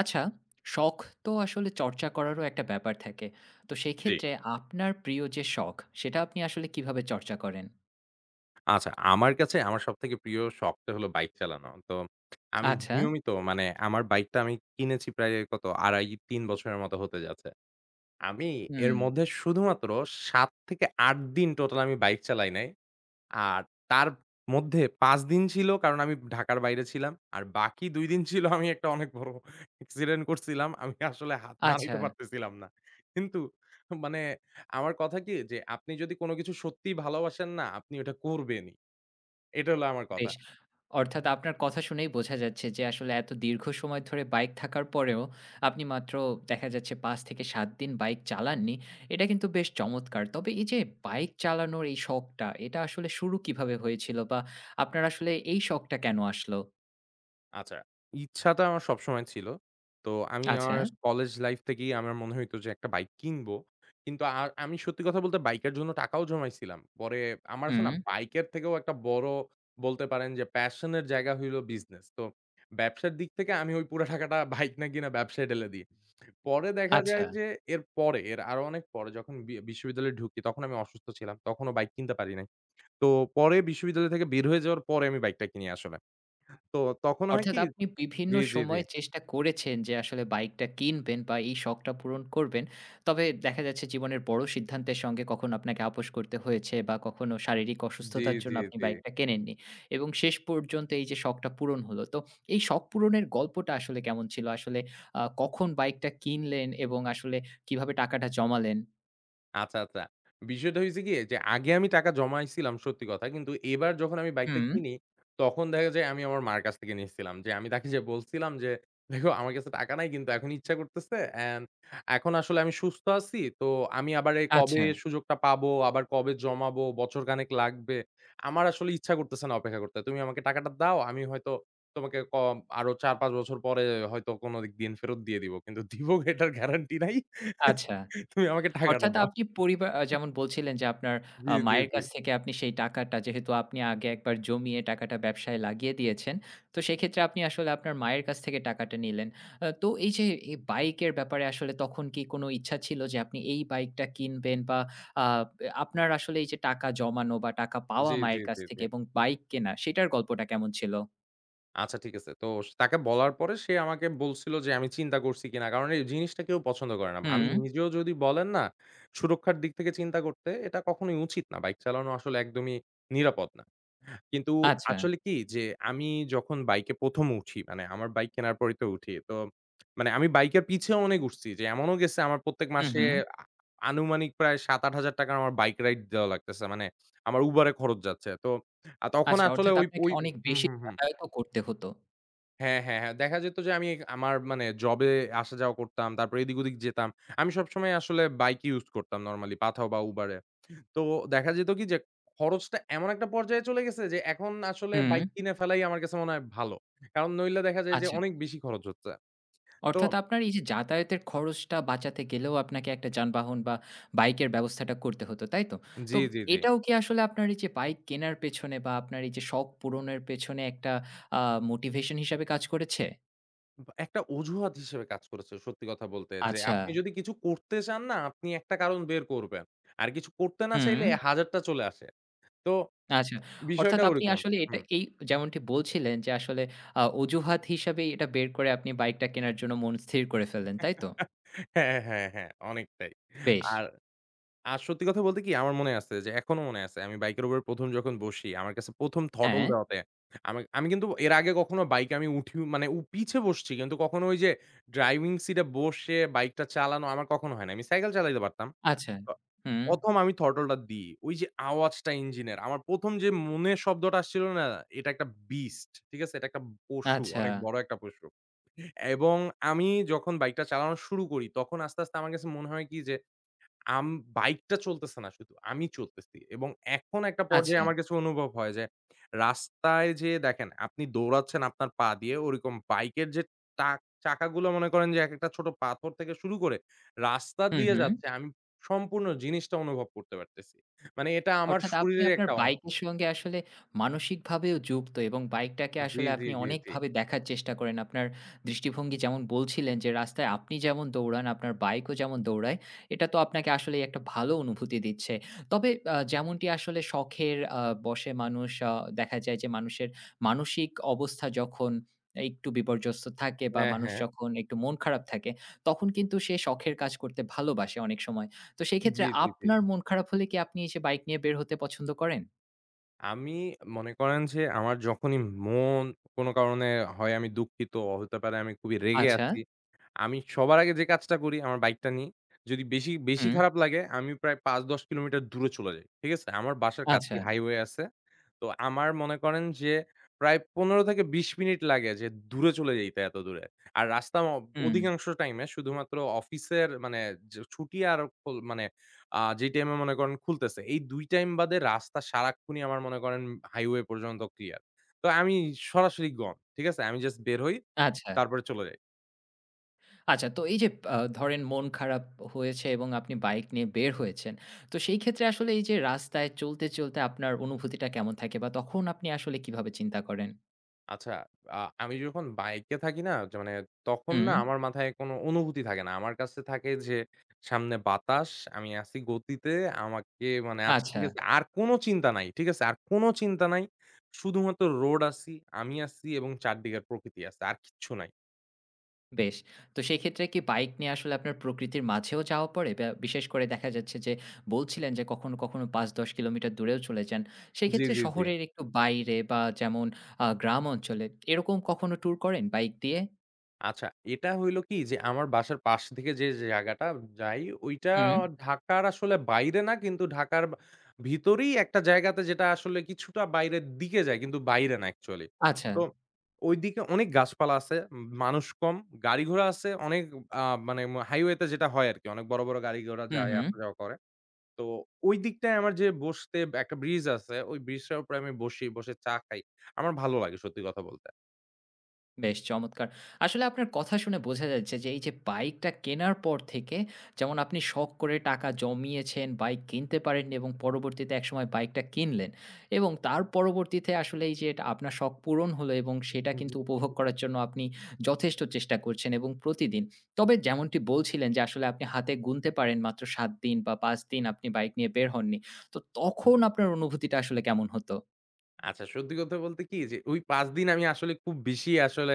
আচ্ছা, শখ তো আসলে চর্চা করারও একটা ব্যাপার থাকে। তো জি। সেক্ষেত্রে আপনার প্রিয় যে শখ, সেটা আপনি আসলে কিভাবে চর্চা করেন? আচ্ছা আমার কাছে আমার সবথেকে প্রিয় শখটা হলো বাইক চালানো। তো আমি আচ্ছা, নিয়মিত মানে আমার বাইকটা আমি কিনেছি প্রায় কত ২.৫-৩ বছরের মতো হতে যাচ্ছে। আমি এর হুম, মধ্যে শুধুমাত্র ৭ থেকে ৮ দিন টোটাল আমি বাইক চালাই নাই। আর তার মধ্যে ৫ দিন ছিল কারণ আমি ঢাকার বাইরে ছিলাম। আর বাকি ২ দিন ছিল আমি একটা অনেক বড় অ্যাক্সিডেন্ট করছিলাম। আমি আসলে হাত আচ্ছা, নাড়াইতে পারতেছিলাম না। কিন্তু মানে আমার কথা কি যে আপনি যদি কোন কিছু সত্যিই ভালোবাসেন না, আপনি ওটা করবেনই। এটা হলো আমার কথা। বেশ। অর্থাৎ আপনার কথা শুনেই বোঝা যাচ্ছে যে আসলে এত দীর্ঘ সময় ধরে বাইক থাকার পরেও আপনি মাত্র দেখা যাচ্ছে ৫ থেকে ৭ দিন বাইক চালাননি। এটা কিন্তু বেশ চমৎকার। তবে এই যে বাইক চালানোর এই শখটা, এটা আসলে শুরু কিভাবে হয়েছিল বা আপনার আসলে এই শখটা কেন আসলো? আচ্ছা, ইচ্ছাটা আমার সবসময় ছিল। তো আমি আচ্ছা, আমার কলেজ লাইফ থেকেই আমার মনে হইতো যে একটা বাইক কিনবো। কিন্তু আর আমি সত্যি কথা বলতে বাইকের জন্য টাকাও জমাইছিলাম। পরে আমার আছে না হুম, বাইকের থেকেও একটা বড় বলতে পারেন যে প্যাশন এর জায়গা হইল বিজনেস। তো ব্যবসার দিক থেকে আমি ওই পুরা টাকাটা বাইক না কিনা ব্যবসায় ঢেলে দিই। পরে দেখা আচ্ছা। যায় যে এর পরে, এর আরো অনেক পরে যখন বিশ্ববিদ্যালয়ে ঢুকি তখন আমি অসুস্থ ছিলাম। তখনও বাইক কিনতে পারি নাই। তো পরে বিশ্ববিদ্যালয় থেকে বের হয়ে যাওয়ার পরে আমি বাইকটা কিনি আসলে। তো তখন হয় অর্থাৎ কি। আপনি বিভিন্ন জি, জি, জি। সময় চেষ্টা করেছেন যে আসলে বাইকটা কিনবেন বা এই শখটা পূরণ করবেন। তবে দেখা যাচ্ছে জীবনের বড় সিদ্ধান্তের সঙ্গে কখনো আপনাকে আপোস করতে হয়েছে বা কখনো শারীরিক জি, অসুস্থতার জি, জন্য আপনি জি। বাইকটা কেনেননি। এবং শেষ পর্যন্ত এই যে শখটা পূরণ হলো। তো এই শখ পূরণের গল্পটা আসলে কেমন ছিল? আসলে কখন বাইকটা কিনলেন এবং আসলে কিভাবে টাকাটা জমালেন? আচ্ছা, আচ্ছা। বিষয়টা হইছে গিয়ে যে আগে আমি টাকা জমাইছিলাম সত্যি কথা। কিন্তু এবার যখন আমি বাইকটা হুম। কিনি, তখন দেখা যায় আমি আমার মার কাছ থেকে নিচ্ছিলাম। যে আমি তাকে যে বলছিলাম যে, "দেখো আমার কাছে টাকা নাই কিন্তু এখন ইচ্ছা করতেছে অ্যান্ড এখন আসলে আমি সুস্থ আছি। তো আমি আবার এই কবে আচ্ছা, সুযোগটা পাবো, আবার কবে জমাবো, বছর খানেক লাগবে। আমার আসলে ইচ্ছা করতেছে না অপেক্ষা করতে। তুমি আমাকে টাকাটা দাও। আমি হয়তো তোমাকে কম আরো ৪-৫ বছর পরে হয়তো কোনো দিন ফেরত দিয়ে দিব। কিন্তু দিব এটার গ্যারান্টি নাই। আচ্ছা। তুমি আমাকে টাকাটা অর্থাৎ দাও।" আপনি পরিবা আ যেমন বলছিলেন যে আপনার জি, জি, মায়ের জি। কাছ থেকে আপনি সেই টাকাটা যেহেতু আপনি আগে একবার জমিয়ে টাকাটা ব্যবসায় লাগিয়ে দিয়েছেন। তো সেক্ষেত্রে আপনি আসলে আপনার মায়ের কাছ থেকে টাকাটা নিলেন। তো এই যে এই বাইকের ব্যাপারে আসলে তখন কি কোনো ইচ্ছা ছিল যে আপনি এই বাইকটা কিনবেন বা আ আপনার আসলে এই যে টাকা জমানো বা টাকা পাওয়া জি, জি, মায়ের কাছ জি, থেকে জি। এবং বাইক কেনা সেটার গল্পটা কেমন ছিল? আচ্ছা ঠিক আছে। তো তাকে বলার পরে সে আমাকে বলছিল যে আমি চিন্তা করছি কিনা। কারণ এই জিনিসটা কেউ পছন্দ করে না। হুম, আমি নিজেও যদি বলেন না সুরক্ষার দিক থেকে চিন্তা করতে এটা কখনোই উচিত না। বাইক চালানো আসলে একদমই নিরাপদ না। কিন্তু আচ্ছা। আসলে কি যে আমি যখন বাইকে প্রথম উঠি মানে আমার বাইক কেনার পরেই তো উঠি। তো মানে আমি বাইকের পিছে অনেক উঠছি যে এমনও গেছে আমার প্রত্যেক হু, মাসে হু। আ আনুমানিক প্রায় ৳৭,০০০-৮,০০০ আমার বাইক রাইড দেওয়া লাগতেছে। মানে আমার Uber এ খরচ যাচ্ছে। তো তখন আচ্ছা, আসলে অর্থাৎ ওই আপনাকে ওই অনেক হুম, বেশি হুম, হুম। যাতায়াতও করতে হতো। হ্যাঁ, হ্যাঁ, হ্যাঁ। দেখা যেত যে আমি আমার মানে জবে আসা যাওয়া করতাম। তারপরে এদিক ওদিক যেতাম। আমি সবসময় আসলে বাইক ইউজ করতাম নরমালি পাঠাও বা Uber এ। তো দেখা যেত কি যে খরচটা এমন একটা পর্যায়ে চলে গেছে যে এখন আসলে হুম, বাইক কিনে ফেলাই আমার কাছে মনে হয় ভালো। কারণ নইলে দেখা যায় যে আচ্ছা। অনেক বেশি খরচ হচ্ছে। তো। অর্থাৎ আপনার এই যে যাতায়াতের খরচটা বাঁচাতে গেলেও আপনাকে একটা যানবাহন বা বাইকের ব্যবস্থাটা করতে হতো, তাই তো? তো জি, জি, জি। এটাও কি আসলে আপনার এই যে বাইক কেনার পেছনে বা আপনার এই যে শখ পূরণের পেছনে একটা আ মোটিভেশন হিসাবে কাজ করেছে? একটা অজুহাত হিসেবে কাজ করেছে সত্যি কথা বলতে। যে আচ্ছা, আপনি যদি কিছু করতে চান না আপনি একটা কারণ বের করবেন। আর কিছু করতে না হুম, চাইলে হাজারটা চলে আসে। তো আচ্ছা। বিষয়টা অর্থাৎ আপনি ওরকম। আসলে এটা হুম। এই যেমনটি বলছিলেন যে আসলে অজুহাত হিসাবে এটা বের করে আপনি বাইকটা কেনার জন্য মন স্থির করে ফেললেন, তাই তো? হ্যাঁ, হ্যাঁ, হ্যাঁ, অনেকটাই। বেশ। আর, আর সত্যি কথা বলতে কি আমার মনে আছে যে এখনো মনে আছে আমি বাইকের উপর প্রথম যখন বসি আমার কাছে প্রথম থটল হ্যাঁ, দেওয়াতে আমি আমি কিন্তু এর আগে কখনো বাইকে আমি উঠি মানে পিছে বসছি কিন্তু কখনো ওই যে ড্রাইভিং সিটে বসে বাইকটা চালানো আমার কখনো হয় না। আমি সাইকেল চালাইতে পারতাম। আচ্ছা। অ হুম, প্রথম আমি থর্টলটা দিই। ওই যে আওয়াজটা ইঞ্জিনের। আমার প্রথম যে মনে শব্দটা আসছিল না? এটা একটা বিস্ট। ঠিক আছে? এটা একটা পশু। আচ্ছা, অনেক বড় একটা পশু। এবং আমি যখন বাইকটা চালানো শুরু করি, তখন আস্তে, আস্তে আমার কাছে মনে হয় কি যে আম বাইকটা চলতেছে না শুধু, আমি চলতেছি। এবং এখন একটা পর্যায়ে আচ্ছা। আমার কাছে অনুভব হয় যে, রাস্তায় যেয়ে দেখেন আপনি দৌড়াচ্ছেন আপনার পা দিয়ে, ওরকম বাইকের যে টাক চাকাগুলো মনে করেন যে একেকটা ছোট পাথর থেকে শুরু করে রাস্তা হুম, দিয়ে হুম। যাচ্ছে, আমি সম্পূর্ণ জিনিসটা অনুভব করতে পারতেছি। মানে এটা আমার অর্থাৎ আপনি শরীরের আপনার একটা অংশ। বাইকের সঙ্গে আসলে মানসিকভাবেও যুক্ত এবং বাইকটাকে জি, আসলে জি, আপনি জি, জি। অনেকভাবে দেখার চেষ্টা করেন। আপনার দৃষ্টিভঙ্গি যেমন বলছিলেন যে, রাস্তায় আপনি যেমন দৌড়ান, আপনার বাইকও যেমন দৌড়ায়। এটা তো আপনাকে আসলেই একটা ভালো অনুভূতি দিচ্ছে। তবে যেমনটি আসলে শখের বশে মানুষ দেখা যায় যে, মানুষের মানসিক অবস্থা যখন একটু বিপর্যস্ত থাকে বা হ্যাঁ, মানুষ হ্যাঁ। যখন একটু মন খারাপ থাকে, তখন কিন্তু সে শখের কাজ করতে ভালোবাসে অনেক সময়। তো সেই ক্ষেত্রে জি, জি, জি। আপনার মন খারাপ হলে কি আপনি এসে বাইক নিয়ে বের হতে পছন্দ করেন? আমি মনে করেন যে আমার যখনই মন কোনো কারণে হয় আমি দুঃখিত, হতে পারে আমি খুবই রেগে আচ্ছা, আছি। আমি সবার আগে যে কাজটা করি আমার বাইকটা নিই। যদি বেশি, বেশি হুম, খারাপ লাগে আমি প্রায় ৫-১০ কিলোমিটার দূরে চলে যাই। ঠিক আছে? আমার বাসার আচ্ছা, কাছেই হাইওয়ে আছে। তো আমার মনে করেন যে প্রায় ১৫ থেকে ২০ মিনিট লাগে যে দূরে চলে যাইতে এত দূরে। আর রাস্তা হুম, অধিকাংশ টাইমে শুধুমাত্র অফিসের মানে যে ছুটি আর খোল মানে যেই টাইমে মনে করেন খুলতেছে। এই ২ টাইম বাদে রাস্তা সারাক্ষণই আমার মনে করেন হাইওয়ে পর্যন্ত ক্লিয়ার। তো আমি সরাসরি গম, ঠিক আছে? আমি জাস্ট বের হই, আচ্ছা, তারপরে চলে যাই। আচ্ছা। তো এই যে ধরেন মন খারাপ হয়েছে এবং আপনি বাইক নিয়ে বের হয়েছেন। তো সেই ক্ষেত্রে আসলে এই যে রাস্তায় চলতে, আপনার অনুভূতিটা কেমন থাকে বা তখন আপনি আসলে কিভাবে চিন্তা করেন? আচ্ছা, আমি যখন বাইকে থাকি না যে মানে তখন হুম, না আমার মাথায় কোনো অনুভূতি থাকে না। আমার কাছে থাকে যে সামনে বাতাস, আমি আছি গতিতে, আমাকে মানে আচ্ছা আচ্ছা। ঠিক আছে আর কোনো চিন্তা নাই, ঠিক আছে? আর কোনো চিন্তা নাই। শুধুমাত্র রোড আছি, আমি আছি এবং চারদিকের প্রকৃতি আছে। আর কিচ্ছু নাই। বেশ। তো সেই ক্ষেত্রে কি বাইক নিয়ে আসলে আপনার প্রকৃতির মাঝেও যাওয়া পড়ে? বিশেষ করে দেখা যাচ্ছে যে বলছিলেন যে কখনো, কখনো ৫-১০ কিলোমিটার দূরেও চলে যান। জি, সেক্ষেত্রে জি, জি। শহরের একটু বাইরে বা যেমন গ্রাম অঞ্চলে এরকম কখনো ট্যুর করেন বাইক দিয়ে? আচ্ছা, এটা হইলো কি যে আমার বাসার পাশ থেকে যে জায়গাটা যাই ওইটা হুম। ঢাকার আসলে বাইরে না কিন্তু ঢাকার ভিতরেই একটা জায়গাতে যেটা আসলে কিছুটা বাইরের দিকে যায় কিন্তু বাইরে না অ্যাকচুয়ালি। আচ্ছা। তো ওইদিকে অনেক গাছপালা আছে, মানুষ কম, গাড়ি ঘোড়া আছে অনেক আ মানে হাইওয়েতে যেটা হয় আরকি অনেক বড়, বড় গাড়ি ঘোড়া হুম, যায় হুম। আসা যাওয়া করে। তো ওই দিকটায় আমার যে বসতে একটা ব্রিজ আছে, ওই ব্রিজটার উপরে আমি বসি, বসে চা খাই। আমার ভালো লাগে সত্যি কথা বলতে। বেশ চমৎকার। আসলে আপনার কথা শুনে বোঝা যাচ্ছে যে, এই যে বাইকটা কেনার পর থেকে যেমন আপনি শখ করে টাকা জমিয়েছেন, বাইক কিনতে পারেননি এবং পরবর্তীতে একসময় বাইকটা কিনলেন এবং তার পরবর্তীতে আসলে এই যে এটা আপনার শখ পূরণ হলো এবং সেটা জি। কিন্তু উপভোগ করার জন্য আপনি যথেষ্ট চেষ্টা করছেন এবং প্রতিদিন। তবে যেমনটি বলছিলেন যে, আসলে আপনি হাতে গুনতে পারেন মাত্র ৭ দিন বা ৫ দিন আপনি বাইক নিয়ে বের হননি। তো তখন আপনার অনুভূতিটা আসলে কেমন হতো? আচ্ছা সত্যি কথা বলতে কি যে ওই ৫ দিন আমি আসলে খুব বেশি আসলে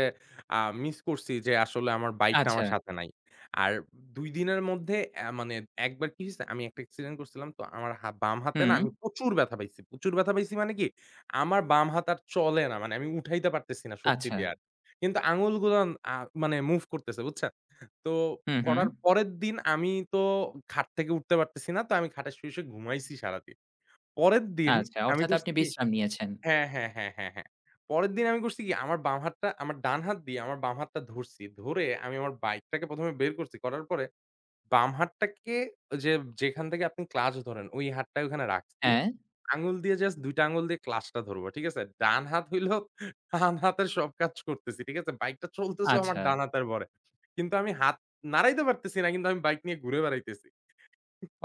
আ মিস করছি যে আসলে আমার বাইকটা আচ্ছা। আমার সাথে নাই। আর ২ দিনের মধ্যে মানে একবার কি হইছে আমি একটা অ্যাক্সিডেন্ট করছিলাম তো আমার বাম হাতে না হুম। আমি প্রচুর ব্যথা পাইছি। প্রচুর ব্যথা পাইছি মানে কি আমার বাম হাত আর চলে না। মানে আমি উঠাইতে পারতেছি না শক্তি আচ্ছা। দিয়ে আর। কিন্তু আঙুলগুলো আ মানে মুভ করতেছে বুঝছেন? তো হু, হু। করার পরের দিন আমি তো খাট থেকে উঠতে পারতেছি না। তো আমি খাটে শুয়ে, শুয়ে ঘুমাইছি সারাদিন। পরের দিন আচ্ছা, আমি অর্থাৎ আপনি করছি কি। বিশ্রাম নিয়েছেন। হ্যাঁ, হ্যাঁ, হ্যাঁ, হ্যাঁ, হ্যাঁ। পরের দিন আমি করছি কি আমার বাম হাতটা আমার ডান হাত দিয়ে আমার বাম হাতটা ধরছি। ধরে আমি আমার বাইকটাকে প্রথম এ বের করছি। করার পরে বাম হাতটাকে যে যেখান থেকে আপনি ক্লাচ ধরেন ওই হাতটা ওখানে রাখছি। হ্যাঁ, আঙুল দিয়ে জাস্ট ২ টা আঙুল দিয়ে ক্লাচটা ধরবো। ঠিক আছে? ডান হাত হইলো ডান হাতের সব কাজ করতেছি। ঠিক আছে? বাইকটা চলতেছেও আমার আচ্ছা। ডান হাতের ভরে। কিন্তু আমি হাত নাড়াইতে পারতেছি না কিন্তু আমি বাইক নিয়ে ঘুরে বেড়াইতেছি।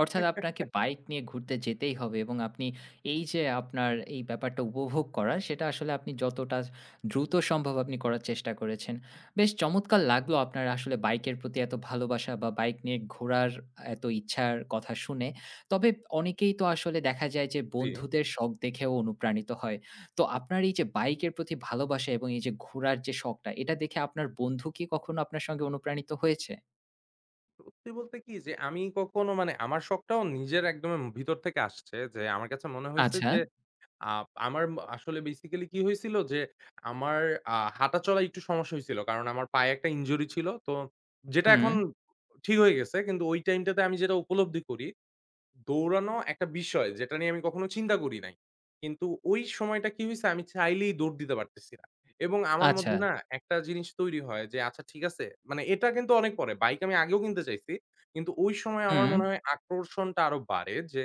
অর্থাৎ আপনাকে বাইক নিয়ে ঘুরতে যেতেই হবে এবং আপনি এই যে আপনার এই ব্যাপারটা উপভোগ করা, সেটা আসলে আপনি যতটা দ্রুত সম্ভব আপনি করার চেষ্টা করেছেন। বেশ চমৎকার লাগলো আপনার আসলে বাইকের প্রতি এত ভালোবাসা বা বাইক নিয়ে ঘোরার এত ইচ্ছার কথা শুনে। তবে অনেকেই তো আসলে দেখা যায় যে জি। বন্ধুদের শখ দেখেও অনুপ্রাণিত হয়। তো আপনার এই যে বাইকের প্রতি ভালোবাসা এবং এই যে ঘোরার যে শখটা, এটা দেখে আপনার বন্ধু কি কখনো আপনার সঙ্গে অনুপ্রাণিত হয়েছে? সত্যি বলতে কি যে আমি কখনো মানে আমার শখটাও নিজের একদম ভিতর থেকে আসছে যে আমার কাছে মনে হইছে আচ্ছা, যে আ আমার আসলে বেসিক্যালি কি হয়েছিল যে আমার হাঁটাচলায় একটু সমস্যা হয়েছিল। কারণ আমার পায়ে একটা ইনজুরি ছিল। তো যেটা হুম, এখন ঠিক হয়ে গেছে। কিন্তু ওই টাইমটাতে আমি যেটা উপলব্ধি করি দৌড়ানো একটা বিষয় যেটা নিয়ে আমি কখনো চিন্তা করি নাই। কিন্তু ওই সময়টা কি হইছে আমি চাইলেই দৌড় দিতে পারতেছি না। এবং আমার আচ্ছা, মধ্যে না একটা জিনিস তৈরি হয় যে আচ্ছা ঠিক আছে মানে এটা কিন্তু অনেক পরে বাইক আমি আগেও কিনতে চাইছি। কিন্তু ওই সময় আমার হুম। মনে হয় আকর্ষণটা আরো বাড়ে যে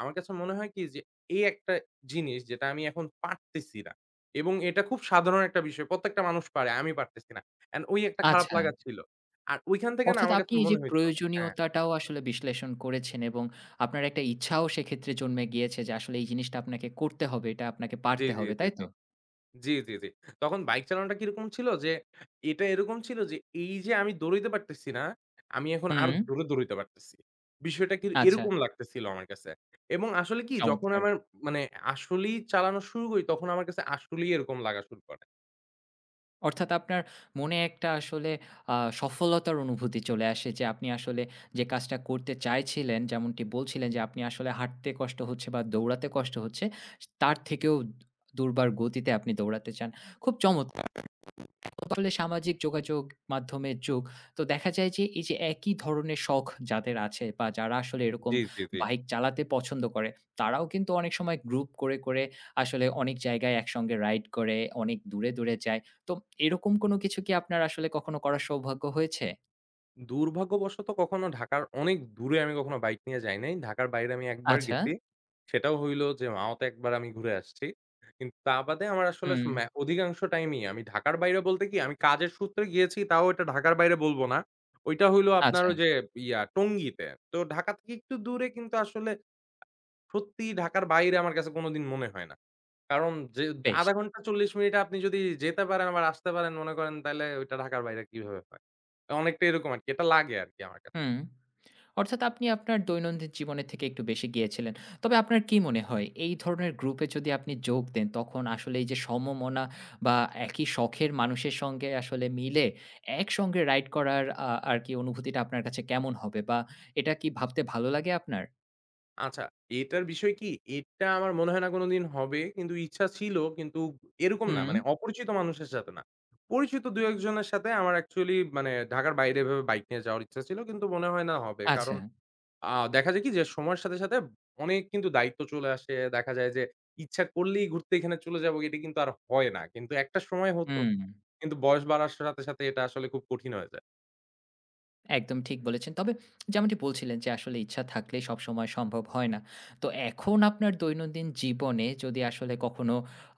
আমার কাছে মনে হয় কি যে এই একটা জিনিস যেটা আমি এখন পারতেছি না। এবং এটা খুব সাধারণ একটা বিষয়। প্রত্যেকটা মানুষ পারে আমি পারতেছি না। অ্যান্ড ওই একটা খারাপ আচ্ছা। লাগা ছিল। আর ওইখান থেকে না অর্থাৎ আমার আপনি কাছে এই যে মনে হইতো। হ্যাঁ, প্রয়োজনীয়তাটাও আসলে বিশ্লেষণ করেছেন এবং আপনার একটা ইচ্ছাও সেক্ষেত্রে জন্মে গিয়েছে যে আসলে এই জিনিসটা আপনাকে করতে হবে, এটা আপনাকে জি, পারতে জি, হবে, জি, তাই জি। তো? জি, জি, জি। তখন বাইক চালানোটা কিরকম ছিল যে, এটা এরকম ছিল যে, এই যে আমি দৌড়াইতে পারতেছি না, আমি এখন আরো হুম, জোরে দৌড়াইতে পারতেছি। বিষয়টা কি আচ্ছা এরকম লাগতেছিল আমার কাছে। এবং আসলে কি যখন চমৎকার। আমার মানে আসলেই চালানো শুরু করি, তখন আমার কাছে আসলেই এরকম লাগা শুরু করে। অর্থাৎ আপনার মনে একটা আসলে আ সফলতার অনুভূতি চলে আসে যে আপনি আসলে যে কাজটা করতে চাইছিলেন, যেমনটি বলছিলেন যে আপনি আসলে হাঁটতে কষ্ট হচ্ছে বা দৌড়াতে কষ্ট হচ্ছে, তার থেকেও দুর্বার গতিতে আপনি দৌড়াতে চান। খুব চমৎকার! তাহলে সামাজিক যোগাযোগ মাধ্যমের যুগ। তো দেখা যায় যে এই যে একই ধরনের শখ যাদের আছে বা যারা আসলে এরকম জি, জি, জি। বাইক চালাতে পছন্দ করে, তারাও কিন্তু অনেক সময় গ্রুপ করে, আসলে অনেক জায়গায় একসঙ্গে রাইড করে, অনেক দূরে, যায়। তো এরকম কোনো কিছু কি আপনার আসলে কখনো করার সৌভাগ্য হয়েছে? দুর্ভাগ্যবশত কখনো ঢাকার অনেক দূরে আমি কখনো বাইক নিয়ে যাই নাই। ঢাকার বাইরে আমি একবার আচ্ছা। গেছি। সেটাও হইল যে মাওতে একবার আমি ঘুরে আসছি। কিন্তু তা বাদে আমার আসলে স হুম। ম্যা অধিকাংশ টাইমই আমি ঢাকার বাইরে বলতে কি আমি কাজের সূত্রে গিয়েছি তাও এটা ঢাকার বাইরে বলব না। ওইটা হইল আপনার আচ্ছা, ওই যে টঙ্গীতে। তো ঢাকা থেকে একটু দূরে কিন্তু আসলে সত্যি ঢাকার বাইরে আমার কাছে কোনোদিন মনে হয় না। কারণ যে বেশ। ০.৫ ঘন্টা ৪০ মিনিট আপনি যদি যেতে পারেন আবার আসতে পারেন মনে করেন তাইলে ওইটা ঢাকার বাইরে কিভাবে হয়? অনেকটা এরকম আরকি। এটা লাগে আরকি আমার কাছে। হুম। অর্থাৎ আপনি আপনার দৈনন্দিন জীবনের থেকে একটু বেশি গিয়েছিলেন। তবে আপনার কি মনে হয় এই ধরনের গ্রুপে যদি আপনি যোগ দেন তখন আসলে এই যে সমমনা বা একই শখের মানুষের সঙ্গে আসলে মিলে একসঙ্গে রাইড করার আরকি অনুভূতিটা আপনার কাছে কেমন হবে? বা এটা কি ভাবতে ভালো লাগে আপনার? আচ্ছা এটার বিষয় কি? এটা আমার মনে হয় না কোনোদিন হবে। কিন্তু ইচ্ছা ছিল কিন্তু এরকম না হুম, মানে অপরিচিত মানুষের সাথে না। পরিচিত ২-১ জনের সাথে আমার অ্যাকচুয়ালি মানে ঢাকার বাইরে এভাবে বাইক নিয়ে যাওয়ার ইচ্ছা ছিল। কিন্তু মনে হয় না হবে। কারণ আচ্ছা। আ দেখা যায় কি যে সময়ের সাথে, সাথে অনেক কিন্তু দায়িত্ব চলে আসে। দেখা যায় যে ইচ্ছা করলেই ঘুরতে এখানে চলে যাবো, এটা কিন্তু আর হয় না। কিন্তু একটা সময় হতো। হুম। কিন্তু বয়স বাড়ার সাথে, সাথে এটা আসলে খুব কঠিন হয়ে যায়। একদম ঠিক বলেছেন। তবে যেমনটি বলছিলেন যে আসলে ইচ্ছা থাকলে সবসময় সম্ভব হয় না। তো এখন আপনার দৈনন্দিন জীবনে যদি আসলে কখনো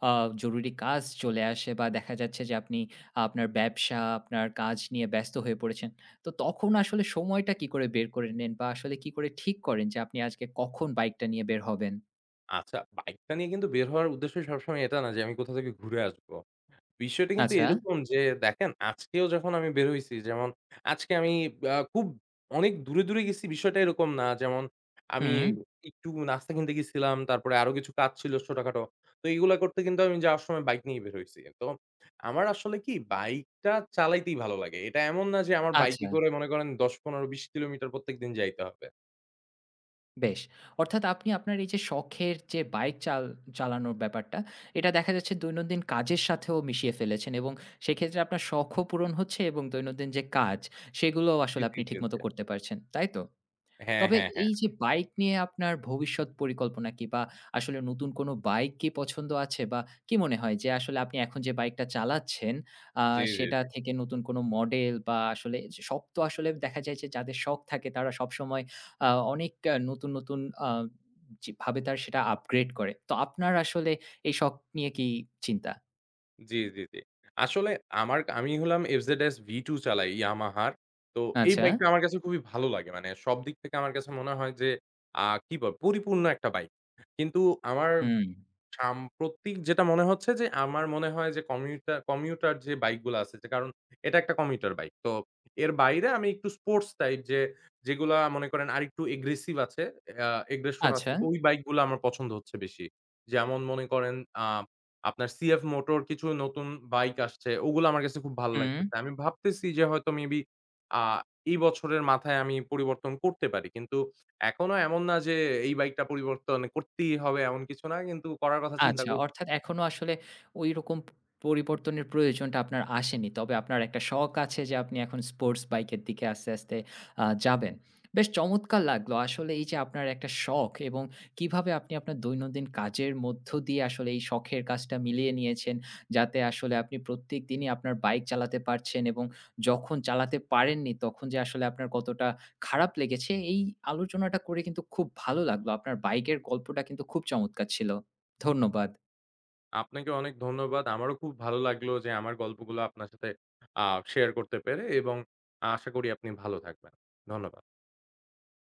আ জরুরি কাজ চলে আসে বা দেখা যাচ্ছে যে আপনি আপনার ব্যবসা, আপনার কাজ নিয়ে ব্যস্ত হয়ে পড়েছেন। তো তখন আসলে সময়টা কি করে বের করে নেন বা আসলে কি করে ঠিক করেন যে আপনি আজকে কখন বাইকটা নিয়ে বের হবেন? আচ্ছা, বাইকটা নিয়ে কিন্তু বের হওয়ার উদ্দেশ্য সবসময় এটা না যে আমি কোথা থেকে ঘুরে আসবো। বিষয়টা কিন্তু আচ্ছা। এরকম যে দেখেন আজকেও যখন আমি বের হইছি যেমন আজকে আমি খুব অনেক দূরে, দূরে গেছি বিষয়টা এরকম না। যেমন আমি হুম, একটু নাস্তা কিনতে গেছিলাম, তারপরে আরো কিছু কাজ ছিল ছোটখাটো। তো এগুলা করতে কিন্তু আমি যাওয়ার সময় বাইক নিয়ে বের হইছি। তো আমার আসলে কি বাইকটা চালাইতেই ভালো লাগে। এটা এমন না যে আমার বাইকে আচ্ছা। করে মনে করেন ১০, ১৫, ২০ কিলোমিটার প্রত্যেকদিন যাইতে হবে। বেশ। অর্থাৎ আপনি আপনার এই যে শখের যে বাইক চাল চালানোর ব্যাপারটা, এটা দেখা যাচ্ছে দৈনন্দিন কাজের সাথেও মিশিয়ে ফেলেছেন এবং সেক্ষেত্রে আপনার শখও পূরণ হচ্ছে এবং দৈনন্দিন যে কাজ, সেগুলোও জি, আসলে জি, আপনি জি, ঠিকমতো জি। করতে পারছেন। তাই তো? হ্যাঁ, তবে হ্যাঁ, হ্যাঁ। এই যে বাইক নিয়ে আপনার ভবিষ্যৎ পরিকল্পনা কি? বা আসলে নতুন কোনো বাইক কি পছন্দ আছে? বা কি মনে হয় যে আসলে আপনি এখন যে বাইকটা চালাচ্ছেন আ জি, জি। সেটা থেকে নতুন কোনো মডেল বা আসলে যে শখ তো আসলে দেখা যায় যে যাদের শখ থাকে তারা সবসময় আ অনেক নতুন, নতুন আ যে ভাবে তারা সেটা আপগ্রেড করে। তো আপনার আসলে এই শখ নিয়ে কি চিন্তা? জি, জি, জি। আসলে আমি হলাম FZS V2 চালাই Yamaha র। তো এই আচ্ছা। বাইকটা আমার কাছে খুবই ভালো লাগে। মানে সব দিক থেকে আমার কাছে মনে হয় যে কি বল পরিপূর্ণ একটা বাইক। কিন্তু আমার হুম। সাম্প্রতিক যেটা মনে হচ্ছে যে, আমার মনে হয় যে কমিউটার কমিউটার যে বাইকগুলো আছে যে কারণ এটা একটা কমিউটার বাইক। তো এর বাইরে আমি একটু স্পোর্টস টাইপ যে যেগুলা মনে করেন আরেকটু এগ্রেসিভ আছে, আ এগ্রেশন আছে আচ্ছা। ওই বাইকগুলা আমার পছন্দ হচ্ছে বেশি। যেমন মনে করেন আ আপনার সিএফ মোটর কিছু নতুন বাইক আসছে। ওগুলো আমার কাছে খুব ভালো হুম। লাগতেছে। আমি ভাবতেছি যে হয়তো মেবি আ এই বছরের মাথায় আমি পরিবর্তন করতে পারি। কিন্তু এখনো এমন না যে এই বাইকটা পরিবর্তন করতেই হবে এমন কিছু না। কিন্তু করার কথা চিন্তা আচ্ছা, করছি। অর্থাৎ এখনো আসলে ঐরকম পরিবর্তনের প্রয়োজনটা আপনার আসেনি। তবে আপনার একটা শখ আছে যে আপনি এখন স্পোর্টস বাইকের দিকে আস্তে, আস্তে যাবেন। বেশ চমৎকার লাগলো। আসলে এই যে আপনার একটা শখ এবং কিভাবে আপনি আপনার দৈনন্দিন কাজের মধ্য দিয়ে আসলে এই শখের কাজটা মিলিয়ে নিয়েছেন, যাতে আসলে আপনি প্রত্যেকদিনই আপনার বাইক চালাতে পারছেন এবং যখন চালাতে পারেননি তখন যে আসলে আপনার কতটা খারাপ লেগেছে এই আলোচনাটা করে কিন্তু খুব ভালো লাগলো। আপনার বাইকের গল্পটা কিন্তু খুব চমৎকার ছিল। ধন্যবাদ। আপনাকে অনেক ধন্যবাদ। আমারও খুব ভালো লাগলো যে আমার গল্পগুলো আপনার সাথে আ শেয়ার করতে পেরে এবং আশা করি আপনি ভালো থাকবেন। ধন্যবাদ।